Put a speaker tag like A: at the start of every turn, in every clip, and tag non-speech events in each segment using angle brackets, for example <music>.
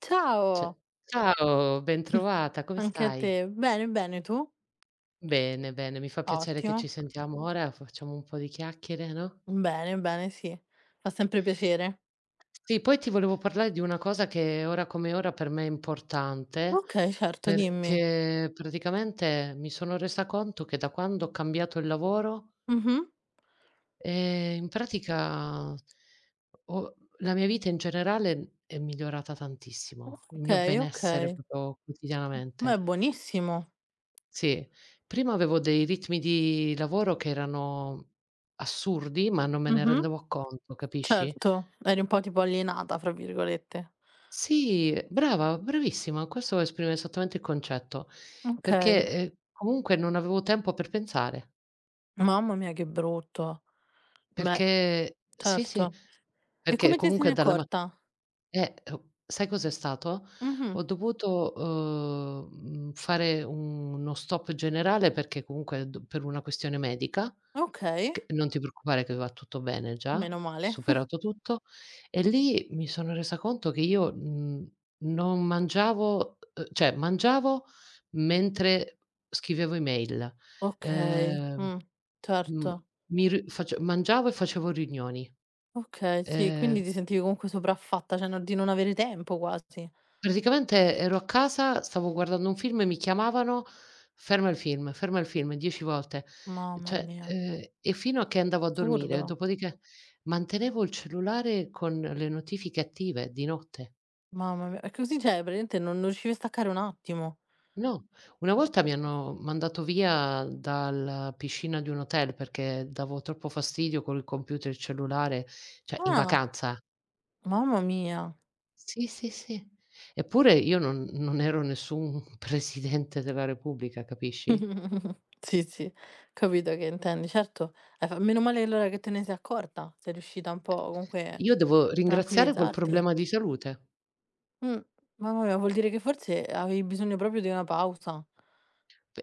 A: Ciao,
B: Ce Ciao, bentrovata, come
A: anche a
B: stai?
A: te. Bene, bene, tu?
B: Bene, bene, mi fa piacere che ci
A: Ottimo.
B: sentiamo ora, facciamo un po' di chiacchiere, no?
A: Bene, bene, sì. Fa sempre piacere.
B: Sì, poi ti volevo parlare di una cosa che ora come ora per me è importante,
A: Okay, certo, dimmi.
B: perché praticamente mi sono resa conto che da quando ho cambiato il lavoro,
A: Mh-mh.
B: In pratica, ho la mia vita in generale è migliorata tantissimo, il mio
A: Okay,
B: benessere
A: okay.
B: proprio quotidianamente.
A: Beh, buonissimo.
B: Sì, prima avevo dei ritmi di lavoro che erano assurdi, ma non me ne
A: Mh-mh.
B: rendevo conto, capisci?
A: Certo, eri un po' tipo "alienata" fra virgolette.
B: Sì, brava, bravissima, questo esprime esattamente il concetto, perché,
A: Okay.
B: comunque non avevo tempo per pensare,
A: Mamma mia, che brutto. Beh,
B: perché sì, sì,
A: certo. E
B: perché
A: come te sei
B: comunque dalla ma
A: accorta?
B: sai cos'è stato?
A: Mh-mh.
B: Ho dovuto, fare uno stop generale perché comunque do per una questione medica.
A: Okay,
B: Che non ti preoccupare, che va tutto bene, già
A: meno male. <laughs>
B: superato tutto. E lì mi sono resa conto che io, non mangiavo, cioè mangiavo mentre scrivevo email.
A: Okay,
B: Ehm, mhmm,
A: certo.
B: mi ri face Mangiavo e facevo riunioni.
A: Okay, sì,
B: Ehm
A: quindi ti sentivi comunque sopraffatta, cioè no di non avere tempo quasi.
B: Praticamente ero a casa, stavo guardando un film e mi chiamavano: ferma il film", 10 volte.
A: Mamma
B: Cioè,
A: mia,
B: e fino a che andavo a dormire,
A: assurdo.
B: dopodiché mantenevo il cellulare con le notifiche attive di notte.
A: Mamma mia, è così, cioè praticamente non riuscivi a staccare un attimo.
B: No, una volta mi hanno mandato via dalla piscina di un hotel perché davo troppo fastidio col computer e il cellulare, cioè in
A: Ah,
B: vacanza.
A: mamma mia.
B: Sì, sì, sì. Eppure io non ero nessun <laughs> presidente della repubblica, capisci?
A: <laughs> Sì, sì, capito che intendi. Certo, hai fa meno male allora che te ne sei accorta, sei riuscita un po' comunque a
B: Io devo ringraziare quel
A: tranquillizzarti.
B: problema di salute.
A: Mh, mamma mia, vuol dire che forse avevi bisogno proprio di una pausa.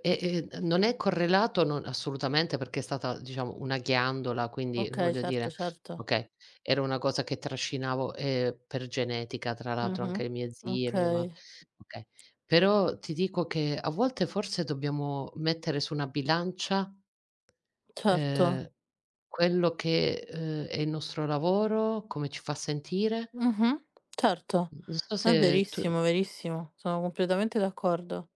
B: E n non è correlato, non assolutamente, perché è stata, diciamo, una ghiandola, quindi
A: Okay,
B: voglio
A: certo,
B: dire
A: certo.
B: okay, era una cosa che trascinavo, per genetica tra l'altro,
A: Mh-mh.
B: anche le mie zie, mia ma
A: Okay,
B: okay. Però ti dico che a volte forse dobbiamo mettere su una bilancia,
A: certo.
B: ehm, quello che, è il nostro lavoro, come ci fa sentire.
A: Mh-mh. Certo.
B: N non so
A: È
B: se tu.
A: verissimo, verissimo. Sono completamente d'accordo.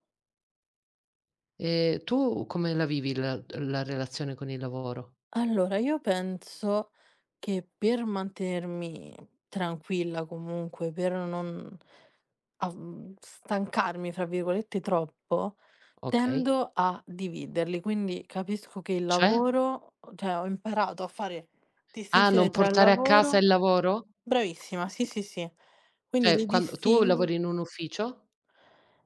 B: Tu come la vivi la relazione con il lavoro?
A: Allora, io penso che per mantenermi tranquilla comunque, per non "stancarmi" fra virgolette troppo,
B: Okay.
A: tendo a dividerli. Quindi capisco che il
B: Cioè?
A: lavoro, o cioè ho imparato a fare
B: Ah,
A: distinzione
B: non
A: tra il
B: portare a casa
A: lavoro.
B: il lavoro?
A: Bravissima, sì, sì, sì. Quindi
B: Cioè
A: li
B: quando tu
A: distingo.
B: lavori in un ufficio?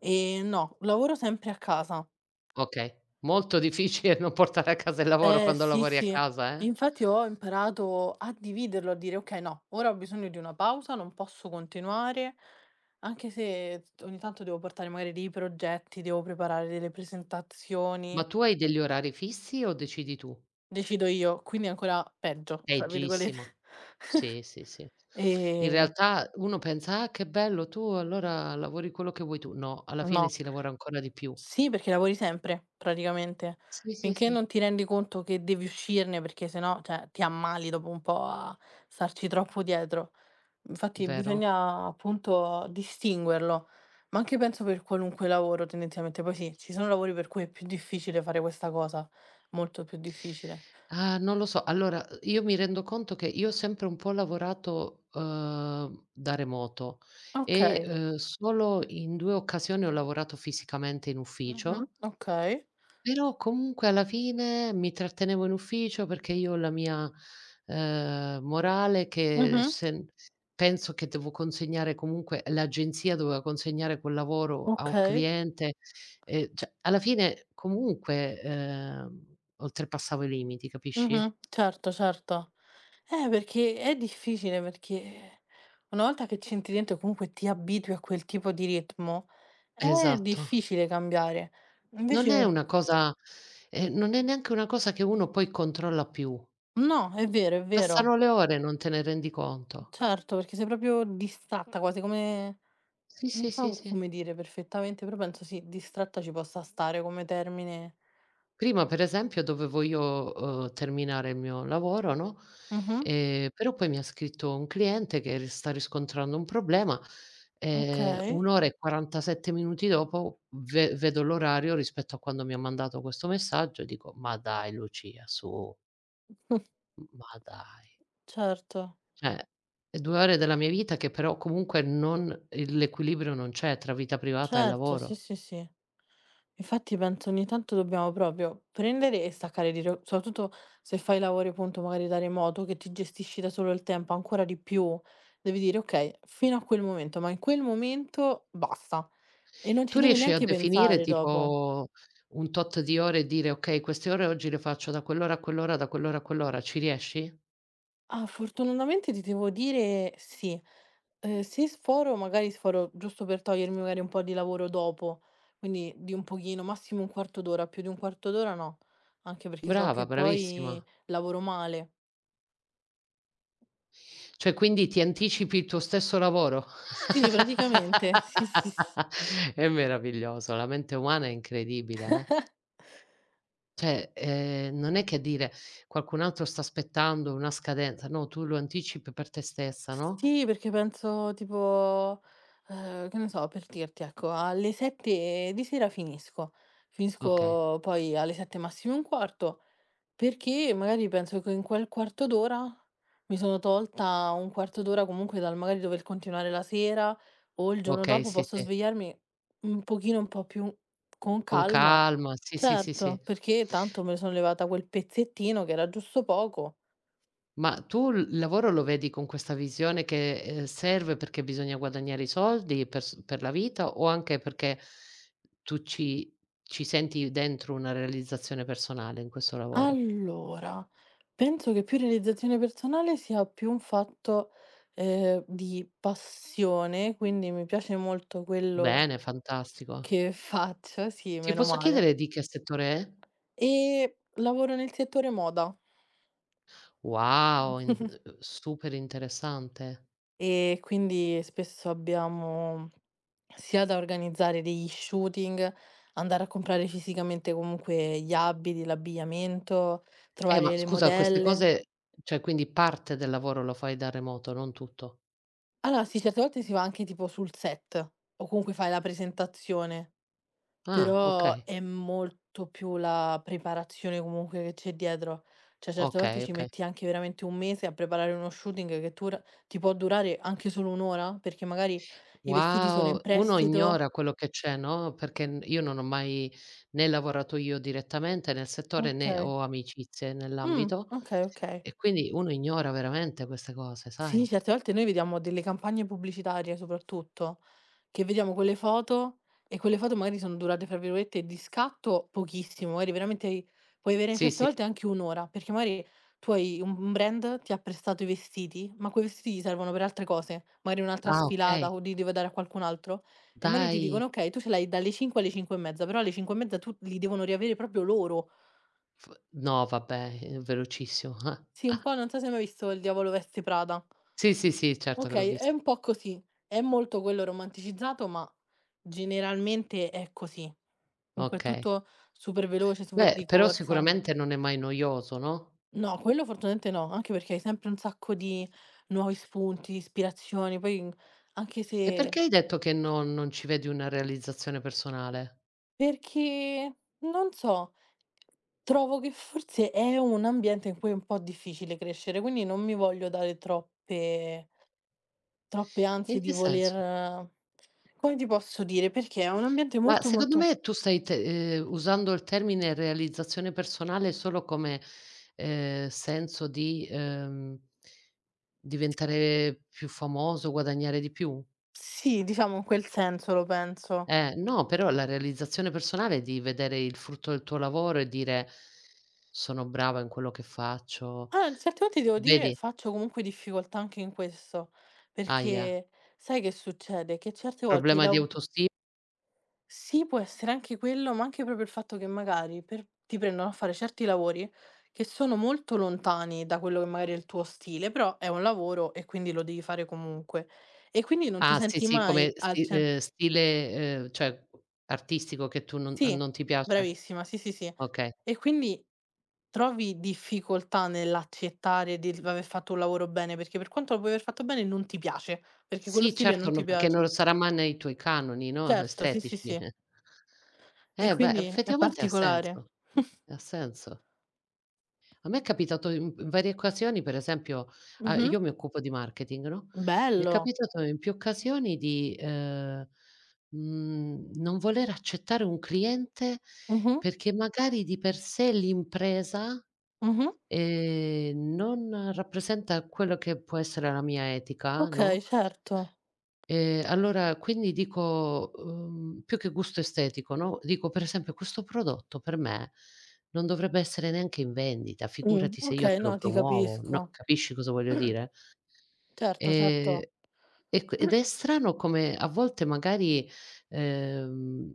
A: No, lavoro sempre a casa.
B: Okay. Molto <laughs> difficile non portare a casa il lavoro
A: Eh
B: quando
A: sì,
B: lavori a
A: sì.
B: casa, eh.
A: Infatti ho imparato a dividerlo, a dire: "Okay, no, ora ho bisogno di una pausa, non posso continuare", anche se t ogni tanto devo portare magari dei progetti, devo preparare delle
B: Ma
A: presentazioni,
B: tu hai degli orari fissi o decidi tu?
A: decido io, quindi è ancora "peggio", fra
B: Leggissimo.
A: virgolette.
B: Sì,
A: <laughs>
B: sì, sì. In
A: Ehm,
B: realtà uno pensa: "Ah, che bello, tu allora lavori quello che vuoi tu." No, alla fine
A: no.
B: si lavora ancora di più.
A: Sì, perché lavori sempre praticamente.
B: Sì, sì,
A: Finché
B: sì,
A: non ti rendi conto che devi uscirne, perché se no, cioè, ti ammali dopo un po' a starci troppo dietro. Infatti
B: vero.
A: bisogna appunto distinguerlo, ma anche penso per qualunque lavoro tendenzialmente. Poi sì, ci sono lavori per cui è più difficile fare questa cosa, molto più difficile.
B: Ah, non lo so. Allora, io mi rendo conto che io ho sempre un po' lavorato, da remoto e,
A: Okay.
B: solo in 2 occasioni ho lavorato fisicamente in
A: Mh-mh,
B: ufficio,
A: okay.
B: però comunque alla fine mi trattenevo in ufficio perché io ho la mia, morale, che
A: Mh-mh,
B: se penso che devo consegnare, comunque l'agenzia doveva consegnare quel lavoro a un
A: okay.
B: cliente, cioè alla fine comunque, oltrepassavo i limiti, capisci?
A: Mh-mh, certo, certo. Perché è difficile, perché una volta che ci entri dentro e comunque ti abitui a quel tipo di ritmo, è
B: Esatto.
A: difficile cambiare.
B: Non è
A: Invece
B: una cosa non è neanche una cosa che uno poi controlla più.
A: no, è vero, è vero.
B: Passano le ore e non te ne rendi conto.
A: Certo, perché sei proprio distratta, quasi come
B: Sì, sì,
A: non
B: sì,
A: so
B: sì.
A: come dire perfettamente, però penso sì, distratta ci possa stare come termine.
B: Prima per esempio dovevo io, terminare il mio lavoro, no,
A: Mh-mh,
B: però poi mi ha scritto un cliente che ri sta riscontrando un problema,
A: okay.
B: 1 ora e 47 minuti dopo ve vedo l'orario rispetto a quando mi ha mandato questo messaggio e dico: "Ma dai Lucia, su,
A: <laughs>
B: ma dai."
A: Certo,
B: Cioè, è 2 ore della mia vita, che però comunque non, il l'equilibrio non c'è tra vita privata e
A: certo, sì,
B: lavoro.
A: sì, sì. Infatti penso ogni tanto dobbiamo proprio prendere e staccare di ro soprattutto se fai lavori appunto magari da remoto, che ti gestisci da solo il tempo ancora di più, devi dire: "Okay, fino a quel momento, ma in quel momento basta." E non
B: Tu
A: ci devi
B: riesci a
A: neanche
B: definire
A: pensare dopo.
B: tipo un tot di ore e dire: "Okay, queste ore oggi le faccio da quell'ora a quell'ora, da quell'ora a quell'ora." Ci riesci?
A: Ah, fortunatamente ti devo dire sì. Se sforo, magari sforo giusto per togliermi magari un po' di lavoro dopo, quindi di un pochino, massimo un quarto d'ora, più di un quarto d'ora no, anche perché so
B: Brava,
A: che
B: bravissima.
A: poi lavoro male.
B: Cioè quindi ti anticipi il tuo stesso lavoro.
A: Sì, praticamente, sì, sì, s
B: <laughs> È meraviglioso, la mente umana è incredibile, eh. Cioè, non è che dire: "Qualcun altro sta aspettando una scadenza." No, tu lo anticipi per te stessa, no?
A: sì, perché penso tipo, che ne so, per dirti ecco, alle 7 di sera finisco.
B: Okay,
A: Finisco poi alle 7 massimo e un quarto. Perché magari penso che in quel quarto d'ora mi sono tolta un quarto d'ora comunque dal magari dover continuare la sera, o il giorno
B: okay,
A: dopo
B: sì,
A: posso
B: sì.
A: svegliarmi un pochino un po' più con calma.
B: Con
A: Calma.
B: calma, sì, sì, sì, sì.
A: Certo, perché tanto me ne sono levata quel pezzettino che era giusto poco.
B: Ma tu il lavoro lo vedi con questa visione che, serve perché bisogna guadagnare i soldi per s per la vita, o anche perché tu ci senti dentro una realizzazione personale in questo lavoro?
A: Allora, penso che più realizzazione personale sia più un fatto, di passione, quindi mi piace molto quello
B: Bene, fantastico.
A: che faccio, sì,
B: Ti
A: meno
B: posso
A: male.
B: chiedere di che settore è?
A: Ehm, lavoro nel settore moda,
B: Wow, in super interessante.
A: e quindi spesso abbiamo sia da organizzare degli shooting, andare a comprare fisicamente comunque gli abiti, l'abbigliamento,
B: Ma
A: trovare le
B: scusa queste
A: modelle.
B: cose, cioè quindi parte del lavoro lo fai da remoto, non tutto?
A: Allora sì, certe volte si va anche tipo sul set o comunque fai la presentazione.
B: Ah,
A: Però
B: okay.
A: è molto più la preparazione comunque che c'è dietro. Cioè certe volte
B: Okay,
A: ci
B: okay.
A: metti anche veramente 1 mese a preparare uno shooting che tura ti può durare anche solo 1 ora, perché magari i vestiti sono in
B: Wow, uno
A: prestito.
B: ignora quello che c'è, no, perché n io non ho mai né lavorato io direttamente nel settore, né
A: Okay.
B: ho amicizie
A: Mh,
B: nell'ambito,
A: okay, okay.
B: e quindi uno ignora veramente queste cose,
A: Sì,
B: sai?
A: certe volte noi vediamo delle campagne pubblicitarie soprattutto, che vediamo quelle foto, e quelle foto magari sono durate, fra virgolette, "di scatto" pochissimo, magari veramente puoi avere
B: Sì,
A: certe
B: sì.
A: volte anche 1 ora, perché magari tu hai un brand, ti ha prestato i vestiti, ma quei vestiti ti servono per altre cose, magari un'altra
B: Ah, okay.
A: sfilata o li devi dare a qualcun altro, e magari ti
B: Dai!
A: dicono: "Okay, tu ce l'hai dalle 5 alle 5 e mezza", però alle 5 e mezza tu li devono riavere proprio loro.
B: F No, vabbè, è velocissimo. <laughs> Ah.
A: Sì, un po'. Non so se hai mai visto Il diavolo veste Prada.
B: Sì, sì, sì, certo che l'ho
A: Okay, è
B: visto.
A: un po' così. È molto quello romanticizzato, ma generalmente è così. Comunque è
B: Okay.
A: tutto super veloce, super
B: Beh,
A: di
B: però
A: corsa.
B: sicuramente non è mai noioso, no?
A: No, quello fortunatamente no, anche perché hai sempre un sacco di nuovi spunti, ispirazioni, poi n anche
B: E
A: se,
B: perché hai detto che non ci vedi una realizzazione personale?
A: perché non so, trovo che forse è un ambiente in cui è un po' difficile crescere, quindi non mi voglio dare Troppe ansie
B: In che
A: di voler,
B: senso?
A: come ti posso dire, perché è un ambiente
B: Ma
A: molto,
B: secondo
A: molto,
B: me tu stai te usando il termine realizzazione personale solo come, senso di, diventare più famoso, guadagnare di più?
A: sì, diciamo in quel senso lo penso.
B: No, però la realizzazione personale è di vedere il frutto del tuo lavoro e dire: "Sono brava in quello che faccio".
A: Ah, certe volte devo dire
B: Vedi?
A: faccio comunque difficoltà anche in questo,
B: Ahia.
A: perché sai che succede? Che certe volte i
B: Problema di
A: lav
B: autostima?
A: sì, può essere anche quello, ma anche proprio il fatto che magari per ti prendono a fare certi lavori che sono molto lontani da quello che magari è il tuo stile, però è un lavoro e quindi lo devi fare comunque. E quindi non ti
B: Ah, sì,
A: senti
B: sì, come
A: mai al
B: sti
A: cen.
B: ehm, stile, cioè artistico che tu non
A: Sì,
B: non ti piace?
A: bravissima, sì, sì, sì.
B: Okay.
A: E quindi trovi difficoltà nell'accettare di l aver fatto un lavoro bene, perché per quanto lo puoi aver fatto bene non ti piace, perché quello
B: Sì,
A: stile
B: certo,
A: non ti
B: no, perché
A: piace.
B: non sarà mai nei tuoi canoni, no,
A: Certo, sì, sì,
B: estetici.
A: sì. E
B: Eh, beh,
A: quindi è
B: effettivamente ha
A: particolare.
B: senso,
A: <laughs>
B: ha senso. A me è capitato in varie occasioni, per esempio, a
A: Mh-mh.
B: io mi occupo di marketing, no, mi è
A: Bello.
B: capitato in più occasioni di, non voler accettare un cliente,
A: Mh-mh,
B: perché magari di per sé l'impresa,
A: mh-mh.
B: non rappresenta quello che può essere la mia etica,
A: Okay,
B: no.
A: certo.
B: Allora quindi dico, più che gusto estetico, no, dico per esempio questo prodotto per me non dovrebbe essere neanche in vendita, figurati se io
A: Okay,
B: te lo
A: no, ti
B: promuovo,
A: capisco.
B: no, capisci cosa voglio dire?
A: Certo, certo.
B: Ehm, e q ed
A: <clears throat>
B: è strano come a volte magari, ehm,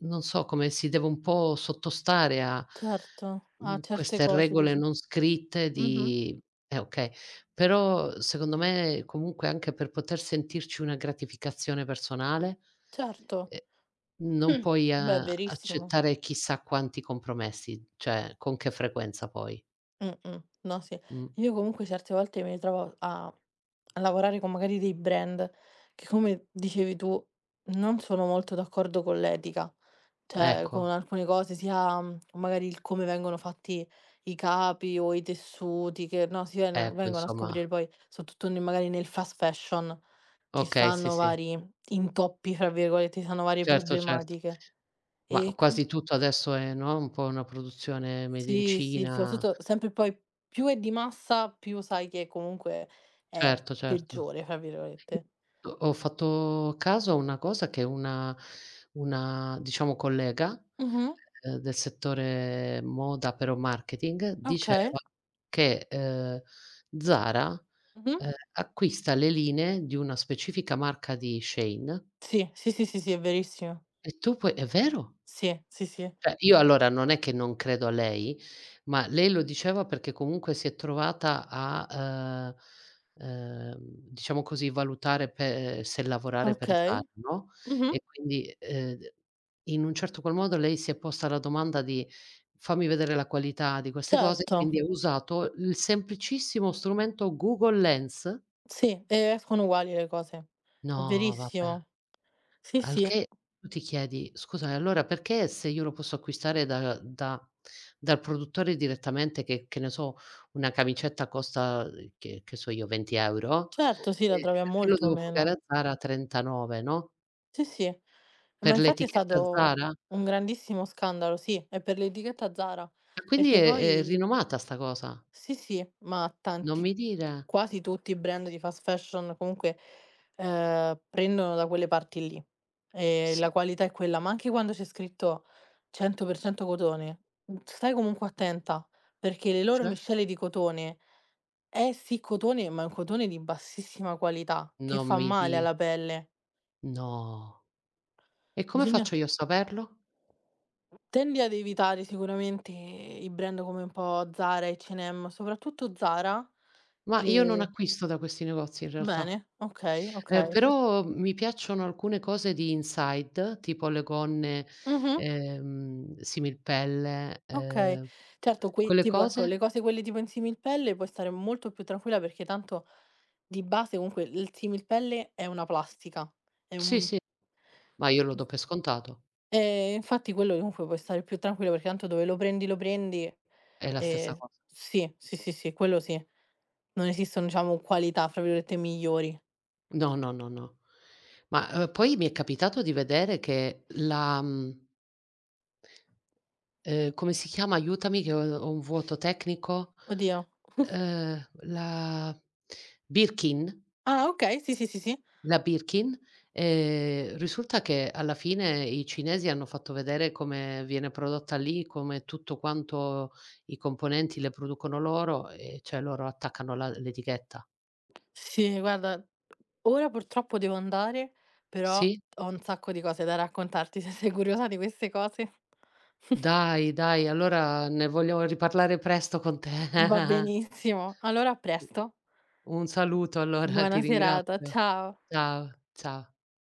B: non so, come si deve un po' sottostare a,
A: Certo, a certe
B: queste
A: cose
B: regole
A: dici.
B: non scritte
A: Mh-mh,
B: di, okay, però secondo me comunque anche per poter sentirci una gratificazione personale,
A: certo.
B: ehm, non
A: <clears throat>
B: puoi
A: Beh,
B: a
A: verissimo.
B: accettare chissà quanti compromessi, cioè con che frequenza poi.
A: Mh-mh. No, sì.
B: Mh.
A: Io comunque certe volte mi ritrovo a lavorare con magari dei brand che, come dicevi tu, non sono molto d'accordo con l'etica, cioè con
B: Ecco,
A: alcune cose, sia, magari il come vengono fatti i capi o i tessuti che, no, si
B: ecco
A: vengono a
B: insomma.
A: scoprire poi, soprattutto ne magari nel fast fashion, ci
B: Okay, sì,
A: stanno
B: sì.
A: vari "intoppi", fra virgolette, ci stanno varie
B: Certo, certo.
A: problematiche.
B: Ma
A: E qui
B: quasi tutto adesso è, no, un po' una produzione made in
A: sì, sì,
B: Cina.
A: soprattutto sempre poi più è di massa, più sai che comunque è
B: Certo, certo.
A: "peggiore" fra virgolette.
B: Io ho fatto caso a una cosa che una, diciamo, collega,
A: Mh-mh.
B: del settore moda, però marketing,
A: Okay.
B: diceva che, Zara,
A: Mh-mh.
B: acquista le linee di una specifica marca di Shein,
A: Sì, sì, sì, sì, sì, è verissimo.
B: e tu puoi è vero!
A: Sì, sì, sì.
B: Cioè, io allora non è che non credo a lei, ma lei lo diceva perché comunque si è trovata a, diciamo così, valutare pe se lavorare per Zara,
A: Okay.
B: no,
A: Mh-mh.
B: e quindi, d in un certo qual modo lei si è posta la domanda di: "Fammi vedere la qualità di queste cose",
A: Certo.
B: quindi ha usato il semplicissimo strumento Google Lens.
A: Sì, e escono uguali le cose. È
B: No, vabbè.
A: verissimo. Sì,
B: Al
A: sì.
B: che tu ti chiedi: "Scusami, allora perché se io lo posso acquistare da da dal produttore direttamente, che ne so, una camicetta costa, che so io, 20
A: Certo, sì,
B: €,
A: la troviamo
B: perché lo
A: molto
B: devo pagare
A: meno.
B: a Zara 39, no,
A: Sì, sì.
B: per
A: Ma infatti è
B: l'etichetta
A: stato
B: Zara?"
A: un grandissimo scandalo, sì, è per l'etichetta Zara,
B: E quindi
A: perché
B: è
A: poi
B: rinomata sta cosa.
A: sì, sì, ma
B: Non
A: tanti,
B: mi dire.
A: quasi tutti i brand di fast fashion comunque, prendono da quelle parti lì, e
B: Sì,
A: la qualità è quella, ma anche quando c'è scritto 100% cotone, stai comunque attenta, perché le loro
B: cioè?
A: miscele di cotone è sì cotone, ma è un cotone di bassissima qualità, che
B: Non
A: fa
B: mi
A: male
B: di
A: alla pelle.
B: no. E come
A: Bisogna
B: faccio io a saperlo?
A: Tendi ad evitare sicuramente i brand come un po' Zara, H&M, soprattutto Zara,
B: Ma io non
A: ehm
B: acquisto da questi negozi in realtà.
A: Bene, okay, okay.
B: Però mi piacciono alcune cose di Inside, tipo le gonne,
A: Mh-mh,
B: similpelle,
A: okay. Certo, qui
B: quelle
A: tipo ecco,
B: cose
A: le cose quelle tipo in similpelle puoi stare molto più tranquilla, perché tanto di base comunque il similpelle è una plastica, è
B: sì,
A: un...
B: sì, ma io lo do per scontato,
A: Infatti quello comunque puoi stare più tranquilla, perché tanto dove lo prendi, lo prendi.
B: è la stessa cosa.
A: Sì, sì, sì, sì, quello sì. Non esistono, diciamo, "qualità" fra virgolette migliori.
B: No, no, no, no. Ma, poi mi è capitato di vedere che come si chiama? Aiutami che ho un vuoto tecnico.
A: Oddio. <laughs>
B: Ehm, la Birkin?
A: Ah, okay, sì, sì, sì, sì.
B: La Birkin, risulta che alla fine i cinesi hanno fatto vedere come viene prodotta lì, come tutto quanto i componenti le producono loro e cioè loro attaccano la l'etichetta.
A: Sì, guarda, ora purtroppo devo andare, però
B: Sì?
A: ho un sacco di cose da raccontarti. Se sei curiosa di queste cose, <laughs>
B: Dai, dai, allora ne voglio riparlare presto con te.
A: va
B: <laughs>
A: benissimo. Allora, a presto.
B: Un saluto allora, ti
A: Buona serata,
B: ringrazio.
A: ciao.
B: Ciao, ciao.